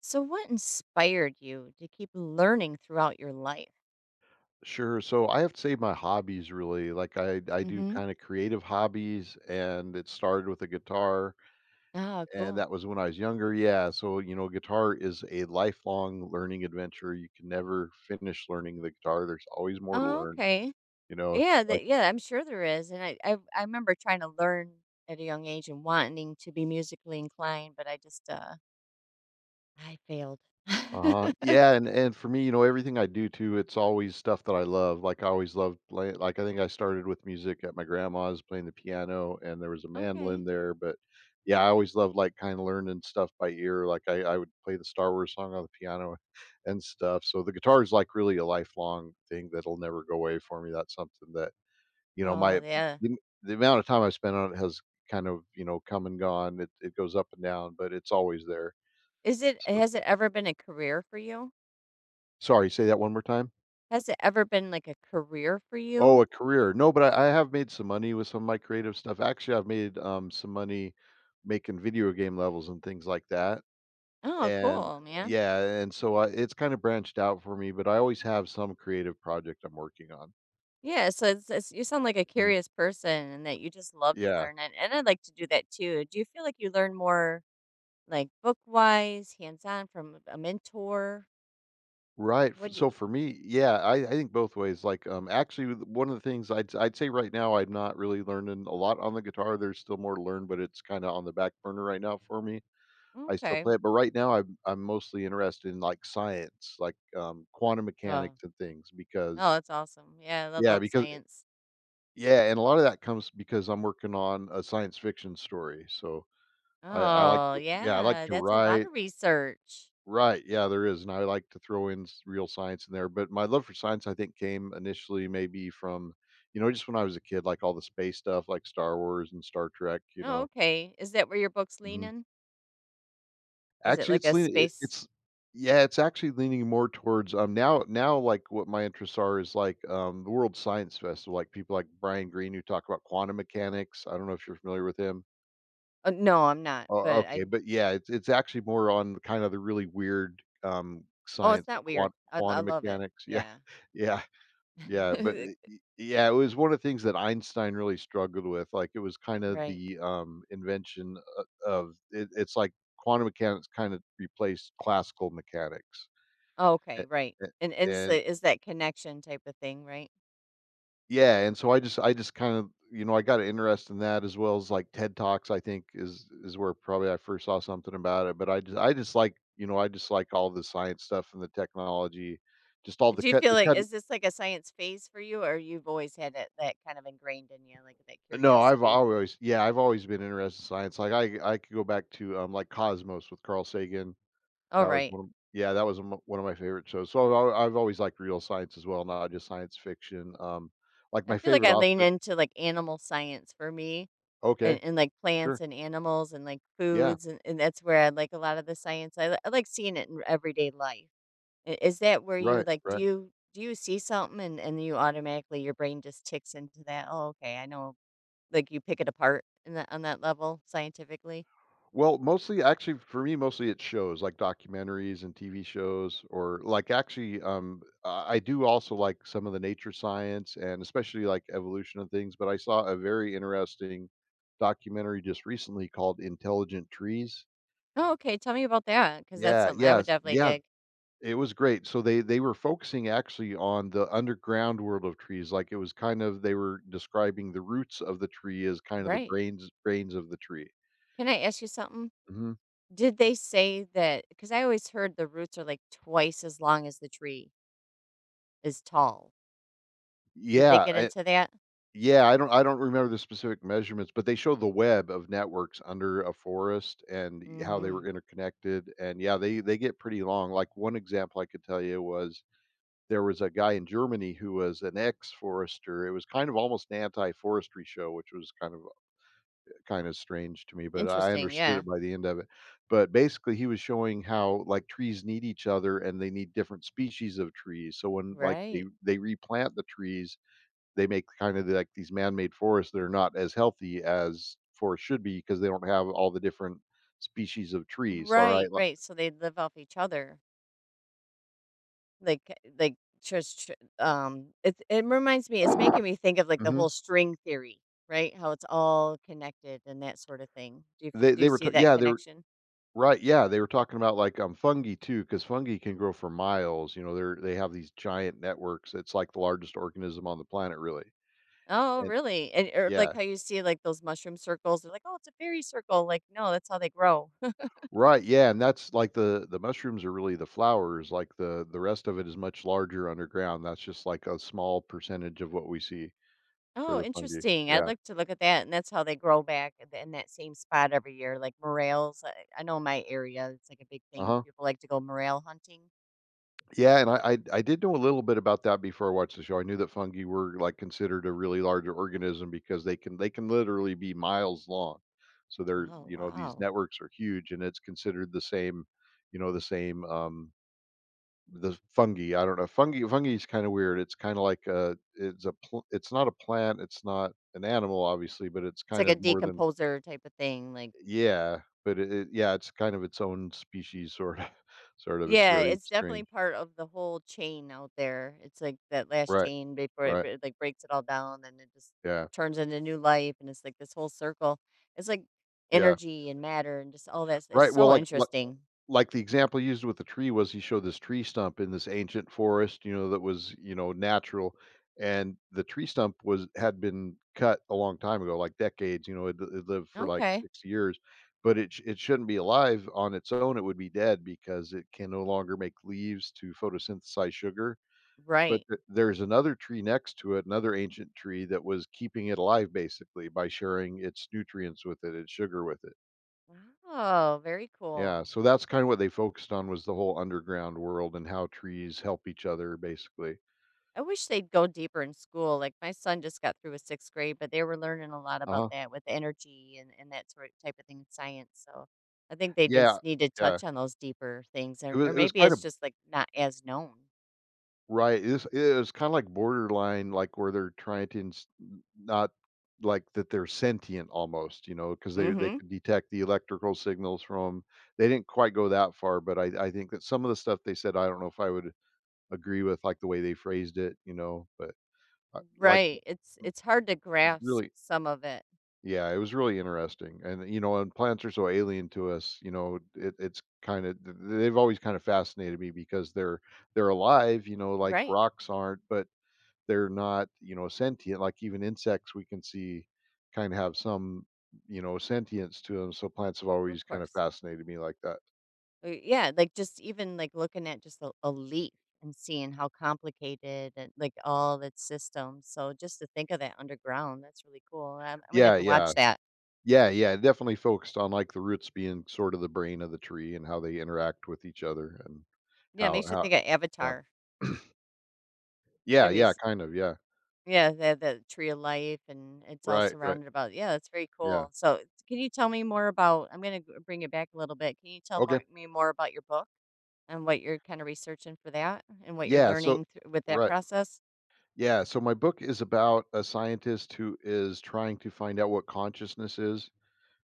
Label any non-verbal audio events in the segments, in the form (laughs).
So, what inspired you to keep learning throughout your life? Sure. So I have to say my hobbies really, like I do Hmm. kind of creative hobbies, and it started with a guitar, Oh, and cool. that was when I was younger. Yeah, so you know, guitar is a lifelong learning adventure. You can never finish learning the guitar. There's always more to Oh, learn, okay. you know. Yeah, So that yeah, I'm sure there is. And I remember trying to learn at a young age and wanting to be musically inclined, but I just I failed. uh-huh. (laughs) Yeah, and for me, you know, everything I do too, it's always stuff that I love. Like I always loved playing, like I think I started with music at my grandma's playing the piano, and there was a Okay. mandolin there, but yeah, I always loved like kind of learning stuff by ear. Like I would play the Star Wars song on the piano (laughs) and stuff. So the guitar is like really a lifelong thing that'll never go away for me. That's something that, you know, Oh, my yeah. the, the amount of time I spent on it has kind of, you know, come and gone. It goes up and down, but it's always there. Is it So has it ever been a career for you? sorry, say that one more time. Has it ever been like a career for you? Oh, a career. No, but I have made some money with some of my creative stuff. Actually, I've made some money making video game levels and things like that. Oh, And cool, man. yeah, and so I, it's kind of branched out for me, but I always have some creative project I'm working on. Yeah, so it's you sound like a Mhm. curious person and that you just love to Yeah, learn it. And I'd like to do that too. Do you feel like you learn more like book wise, hands on from a mentor? right. F- What do So for me, yeah, I think both ways. Like, actually, one of the things I'd say right now, I'm not really learning a lot on the guitar. There's still more to learn, but it's kind of on the back burner right now for me. I still okay. play it, but right now I'm mostly interested in, like, science, like, quantum Oh, mechanics and things because oh, that's awesome. Yeah, I yeah, love because science. yeah, and a lot of that comes because I'm working on a science fiction story. So I like Oh, to yeah, I like yeah, to that's a lot write of research. right, yeah, there is, and I like to throw in s real science in there. But my love for science, I think, came initially maybe from, you know, just when I was a kid, like, all the space stuff, like Star Wars and Star Trek, you Oh, know? okay. Is that where your book's Mhm. leaning? Is it Actually, like it's a leaning it space? it's yeah, it's actually leaning more towards, now, like, what my interests are is, like, the World Science Festival, like, people like Brian Greene, who talk about quantum mechanics. I don't know if you're familiar with him. Oh, no, I'm not, Oh, okay, but yeah, it's actually more on kind of the really weird, oh, it's science, like not weird. I quantum love it. mechanics. Yeah, Yeah. (laughs) yeah. Yeah, but it (laughs) y yeah, it was one of the things that Einstein really struggled with. Like, it was kind of Right. the, invention o of it's like quantum mechanics kind of replaced classical mechanics. Oh, okay, A right. a And it's And a it's that connection type of thing, right? yeah, and so I just kind of you know, I got an interest in that as well as, like, TED Talks, I think is where probably I first saw something about it. But I just like you know, I just like all the science stuff and the technology, just all the Do you feel like cut. is this like a science phase for you, or you've always had that kind of ingrained in you, like that No, I've curiosity? always yeah, I've always been interested in science. Like I could go back to like Cosmos with Carl Sagan. All That was right. one of, yeah, that was one of my favorite shows. So I've, I've always liked real science as well, not just science fiction. Like I my feel like favorite I lean author into like animal science for me okay, and like sure. plants and animals and like Yeah, foods, and that's where I like a lot of the science. I like seeing it in everyday life. Is that where you right, like right. Do you see something, and, you automatically your brain just ticks into that? Oh, okay, I know. Like, you pick it apart in that on that level scientifically? Well, mostly actually for me, mostly it's shows like documentaries and TV shows. Or like actually I do also like some of the nature science, and especially like evolution of things, but I saw a very interesting documentary just recently called Intelligent Trees. Oh, okay, tell me about that, because that's Yeah, something I yeah, would definitely yeah. dig. It was great. So they were focusing actually on the underground world of trees. Like it was kind of they were describing the roots of the tree as kind of the Right. Brains of the tree. Can I ask you something? Hmm. Did they say that? Because I always heard the roots are, like, twice as long as the tree is tall. Did they Yeah. get into that? Yeah, I don't remember the specific measurements, but they show the web of networks under a forest and how they were Mhm. interconnected. And yeah, they get pretty long. Like one example I could tell you was there was a guy in Germany who was an ex-forester. It was kind of almost an anti-forestry show, which was kind of strange to me, but I Interesting, understood yeah. it by the end of it. But basically, he was showing how like trees need each other and they need different species of trees. So when like they Right. they replant the trees, they make kind of like these man-made forests that are not as healthy as forests should be, because they don't have all the different species of trees. All right. Right, Like, right, so they live off each other. Like like just tr it it reminds me it's making me think of, like, the mhm. whole string theory, right? How it's all connected and that sort of thing. Do you They were see t that yeah, they were connection? right. Yeah, they were talking about like fungi too, because fungi can grow for miles. You know, they have these giant networks. It's like the largest organism on the planet, really. Oh, And really? And or like yeah. how you see, like, those mushroom circles, they're like, "Oh, it's a fairy circle." Like, no, that's how they grow. (laughs) Right, yeah, and that's like the mushrooms are really the flowers, like the rest of it is much larger underground. That's just like a small percentage of what we see for Oh, the fungi. interesting. I'd Yeah. like to look at that, and that's how they grow back in in that same spot every year, like morels. I know my area, it's like a big thing. Uh-huh. People like to go morel hunting. Yeah, and I did know a little bit about that before I watched the show. I knew that fungi were, like, considered a really large organism, because they can literally be miles long. So they're Oh, you know, these wow. networks are huge, and it's considered the same you know, the same, the fungi. I don't know. Fungi is kinda weird. It's kinda like a it's a pl it's not a plant, it's not an animal, obviously, but it's It's kind like a of more than decomposer type of thing, like yeah, but it yeah, it's kind of its own species, sorta, (laughs) sort of. It's yeah, very it's definitely strange. part of the whole chain out there. It's like that last Right, chain before it right. Like breaks it all down and it just Yeah, turns into new life and it's like this whole circle. It's like yeah. energy and matter and just all that. It's Right, well, so like what interesting. like the example used with the tree was he showed this tree stump in this ancient forest, you know, that was, you know, natural, and the tree stump was had been cut a long time ago, like decades. You know, it lived for, like, Okay. six years, but it shouldn't be alive on its own, it would be dead because it can no longer make leaves to photosynthesize sugar, but Right. th there's another tree next to it, another ancient tree that was keeping it alive, basically, by sharing its nutrients with it, its sugar with it. Wow, very Yeah, cool. so that's kinda what they focused on, was the whole underground world and how trees help each other basically. I wish they'd go deeper in school. Like my son just got through with sixth grade, but they were learning a lot about Uh-huh. that with energy, and, that sort of type of thing, in science. So I think they Yeah, just need to yeah. touch on those deeper things, It or was it was maybe kind it's of just like not as known. right, it was kinda like borderline, like, where they're trying to ins not like that they're sentient almost, you know, because they Hmm. could detect the electrical signals from they didn't quite go that far, but I think that some of the stuff they said, I don't know if I would agree with, like, the way they phrased it, you know, but, like, Right. It's hard to it's grasp really some of it. yeah, it was really interesting. And, you know, and plants are so alien to us. You know, it it's kinda th they've always kinda fascinated me, because they're alive, you know, like Right. rocks aren't, but they're not, you know, sentient, like even insects we can see kinda have some, you know, sentience to them. So plants have Of always kinda course. fascinated me like that. Yeah. Like just even like looking at just a leaf and seeing how complicated and like all its systems. So just to think of that underground, that's really cool. I'm gonna have Yeah, to watch yeah. that. Yeah, yeah, it definitely focused on, like, the roots being sort of the brain of the tree and how they interact with each other and Yeah, it how makes you how think of yeah. Avatar. Yeah, Have you yeah, s kind of, yeah. Yeah, they have the tree of life, and it's all Right, right. surrounded about yeah, that's very Yeah. cool. So, can you tell me more about I'm gonna bring it back a little bit. Can you tell Okay. more me more about your book and what you're kinda researching for that and what you're Yeah. So, learning thr with that right. process? Yeah. So, my book is about a scientist who is trying to find out what consciousness is,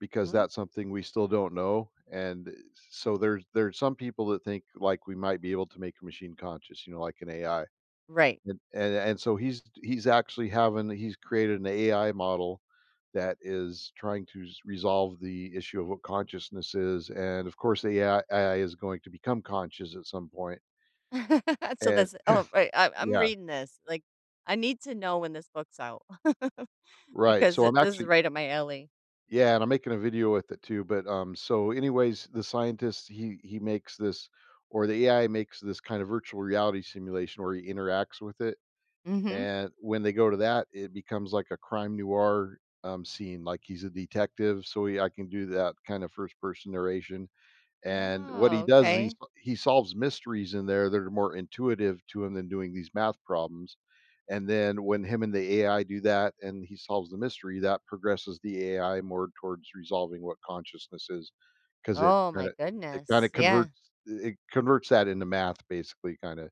because No? that's something we still don't know. And so, there's some people that think like we might be able to make a machine conscious, you know, like an AI. Right. And and so he's actually having he's created an AI model that is trying to resolve the issue of what consciousness is. And of course, the AI is going to become conscious at some point. (laughs) So And that's Oh, right, I'm yeah, reading this, like, I need to know when this book's out. (laughs) right, Because so it I'm this is actually right up my alley. yeah, and I'm making a video with it too, but, so anyways, the scientist, he makes this or the AI makes this kind of virtual reality simulation where he interacts with it, Mhm. and when they go to that, it becomes like a crime noir, scene. Like he's a detective, so he I can do that kind of first person narration. And what Oh, he does is okay. he solves mysteries in there that are more intuitive to him than doing these math problems. And then when him and the AI do that and he solves the mystery, that progresses the AI more towards resolving what consciousness is, because it Oh my kinda it kinda goodness. Yeah. converts it converts that into math basically, kinda.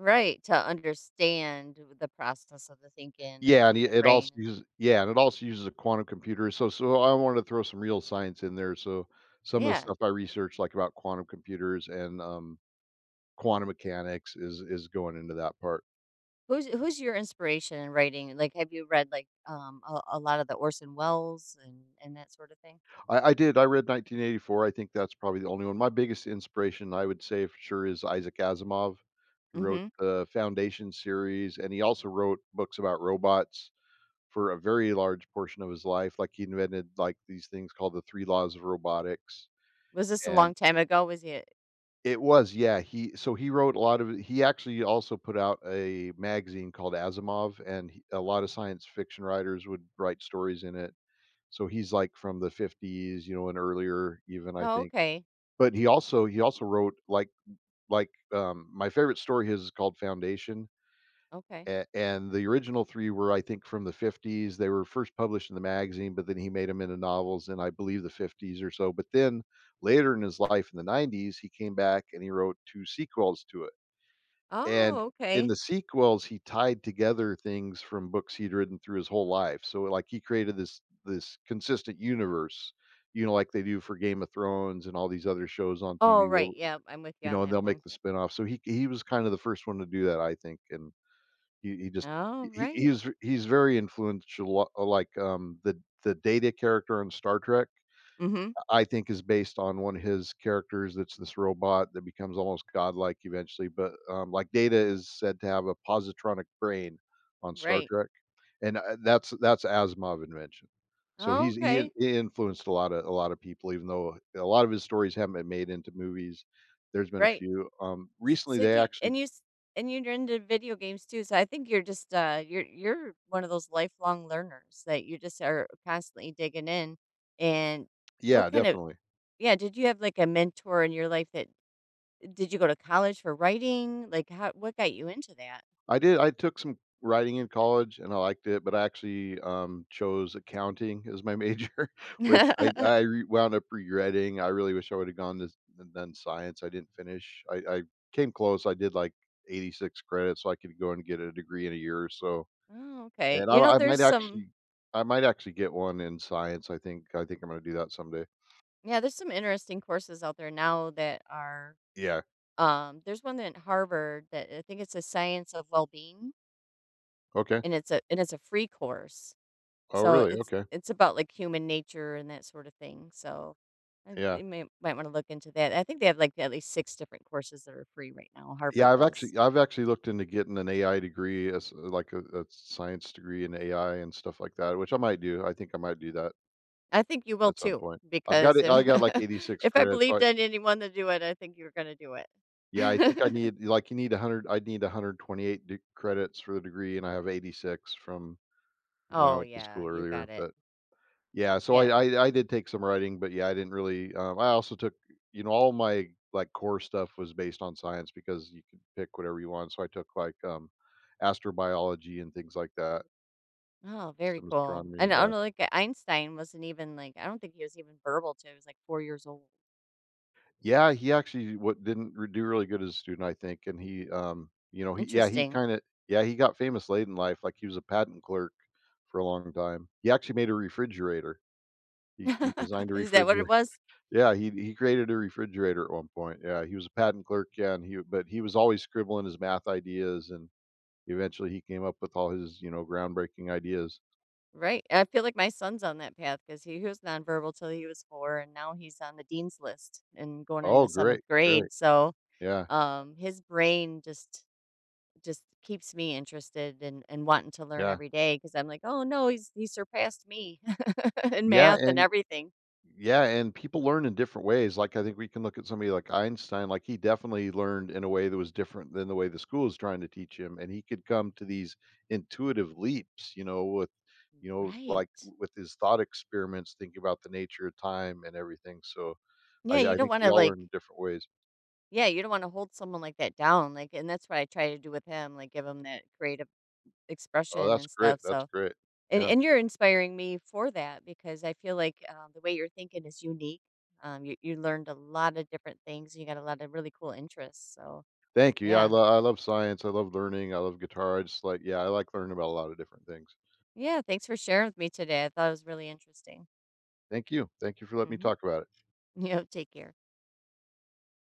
Right, to understand the process of the thinking of the Yeah, and it human it also brain, and uses a quantum computer. So I wanted to throw some real science in there. So some of the yeah. stuff I researched, like, about quantum computers Quantum mechanics is going into that part. Who's your inspiration in writing? Like, have you read, like, a lot of the Orson Welles and that sort of thing? I read 1984, I think that's probably the only one. My biggest inspiration, I would say for sure, is Isaac Asimov, who wrote Mhm. the Foundation series, and he also wrote books about robots for a very large portion of his life. He invented, like, these things called the 3 laws of robotics, Was this a and long time ago? Was it it was yeah, he so he wrote a lot of he actually also put out a magazine called Asimov, and he a lot of science fiction writers would write stories in it. So he's like from the 50s, you know, and earlier even I oh, think. okay, But he also wrote like my favorite story his is called Foundation. okay. And the original three were, I think, from the 50s. They were first published in the magazine, but then he made them into novels in, I believe, the 50s or so. But then later in his life in the 90s, he came back and he wrote two sequels to it. And Oh, in okay. the sequels, he tied together things from books he'd written through his whole life. So like he created this consistent universe, you know, like they do for Game of Thrones and all these other shows on Oh, TV where right, yeah, I'm with you on and that they'll make one. the spinoff. So he was kind of the first one to do that, I think. And he just Oh, he, right. He's very influential, like the Data character on Star Trek Mhm. I think is based on one of his characters, that's this robot that becomes almost godlike eventually. But, like, Data is said to have a positronic brain on Star Right. Trek, and that's Asimov's invention. So he's he in Okay. he influenced a lot of people, even though a lot of his stories haven't been made into movies. There's been a Right. few, S recently So they you actually. and you s and you're into video games too, so I think you're just, you're one of those lifelong learners that you just are constantly digging in, and what Yeah, kind of definitely. yeah, did you have, like, a mentor in your life that did you go to college for writing? Like, how what got you into that? I took some writing in college and I liked it, but I actually, chose accounting as my major, (laughs) which I (laughs) re wound up regretting. I really wish I would've gone to s and done science. I didn't finish. I came close. I did, like, 86 credits, so I could go and get a degree in a year or so, Oh, okay. and You know, there's some I might actually get one in science. I think I'm gonna do that someday. Yeah, there's some interesting courses out there now that are, Yeah. There's one at Harvard that I think it's a science of well-being, Okay. And it's a free course. Oh, So really? Okay. it's about, like, human nature and that sort of thing, so, Yeah. you may might wanna look into that. I think they have, like, at least 6 different courses that are free right now, Harvard does. I've actually looked into getting an AI degree as like a science degree in AI and stuff like that, which I might do. I think I might do that I think you will at some too, point. I've got because it. if I got like (laughs) 86 if I credits. So believed in anyone to do it, I think you're gonna do it. yeah, I think I (laughs) need like you need 100. I need 128 credits for the degree, and I have 86 from when I Oh, went to yeah, school you earlier. got it. But yeah, so I Yeah. I I did take some writing, but yeah, I didn't really, I also took all my, like, core stuff was based on science because you could pick whatever you want, so I took, like, astrobiology and things like that, Oh, very some cool. astronomy, And I don't yeah. know, like, Einstein wasn't even, like, I don't think he was even verbal till he was, like, 4 years old. Yeah, he actually what didn't re do really good as a student, I think, and he, you know, he yeah, he Interesting. kinda yeah, he got famous late in life. Like, he was a patent clerk for a long time. He actually made a refrigerator. He designed (laughs) a Is that what it refrigerator. was? Yeah, he created a refrigerator at one point. Yeah, he was a patent clerk, yeah, and he but he was always scribbling his math ideas, and eventually he came up with all his, you know, groundbreaking ideas. Right. I feel like my son's on that path because he was nonverbal till he was four, and now he's on the dean's list and going Oh, into seventh great, grade. great. So Yeah, his brain just keeps me interested and wanting to learn yeah. every day because I'm like, oh no, he surpassed me (laughs) in Yeah, math and and everything. yeah, and people learn in different ways. Like, I think we can look at somebody like Einstein, like, he definitely learned in a way that was different than the way the school is trying to teach him, and he could come to these intuitive leaps, you know, with you know, like, Right. with his thought experiments, thinking about the nature of time and everything. So I Yeah, you don't think want we to all like. learn in different ways. Yeah, you don't want to hold someone like that down. Like, and that's what I try to do with him. Like, give him that creative Oh, expression that's and great, stuff. that's So great. And Yeah. and you're inspiring me for that because I feel like, the way you're thinking is unique. You you learned a lot of different things, and you got a lot of really cool interests, so Thank you. Yeah, yeah. I love science, I love learning, I love guitar, I just like I like learning about a lot of different things. Yeah, thanks for sharing with me today. I thought it was really interesting. Thank you. Thank you for letting me Mhm. talk about it. (laughs) You know, take care.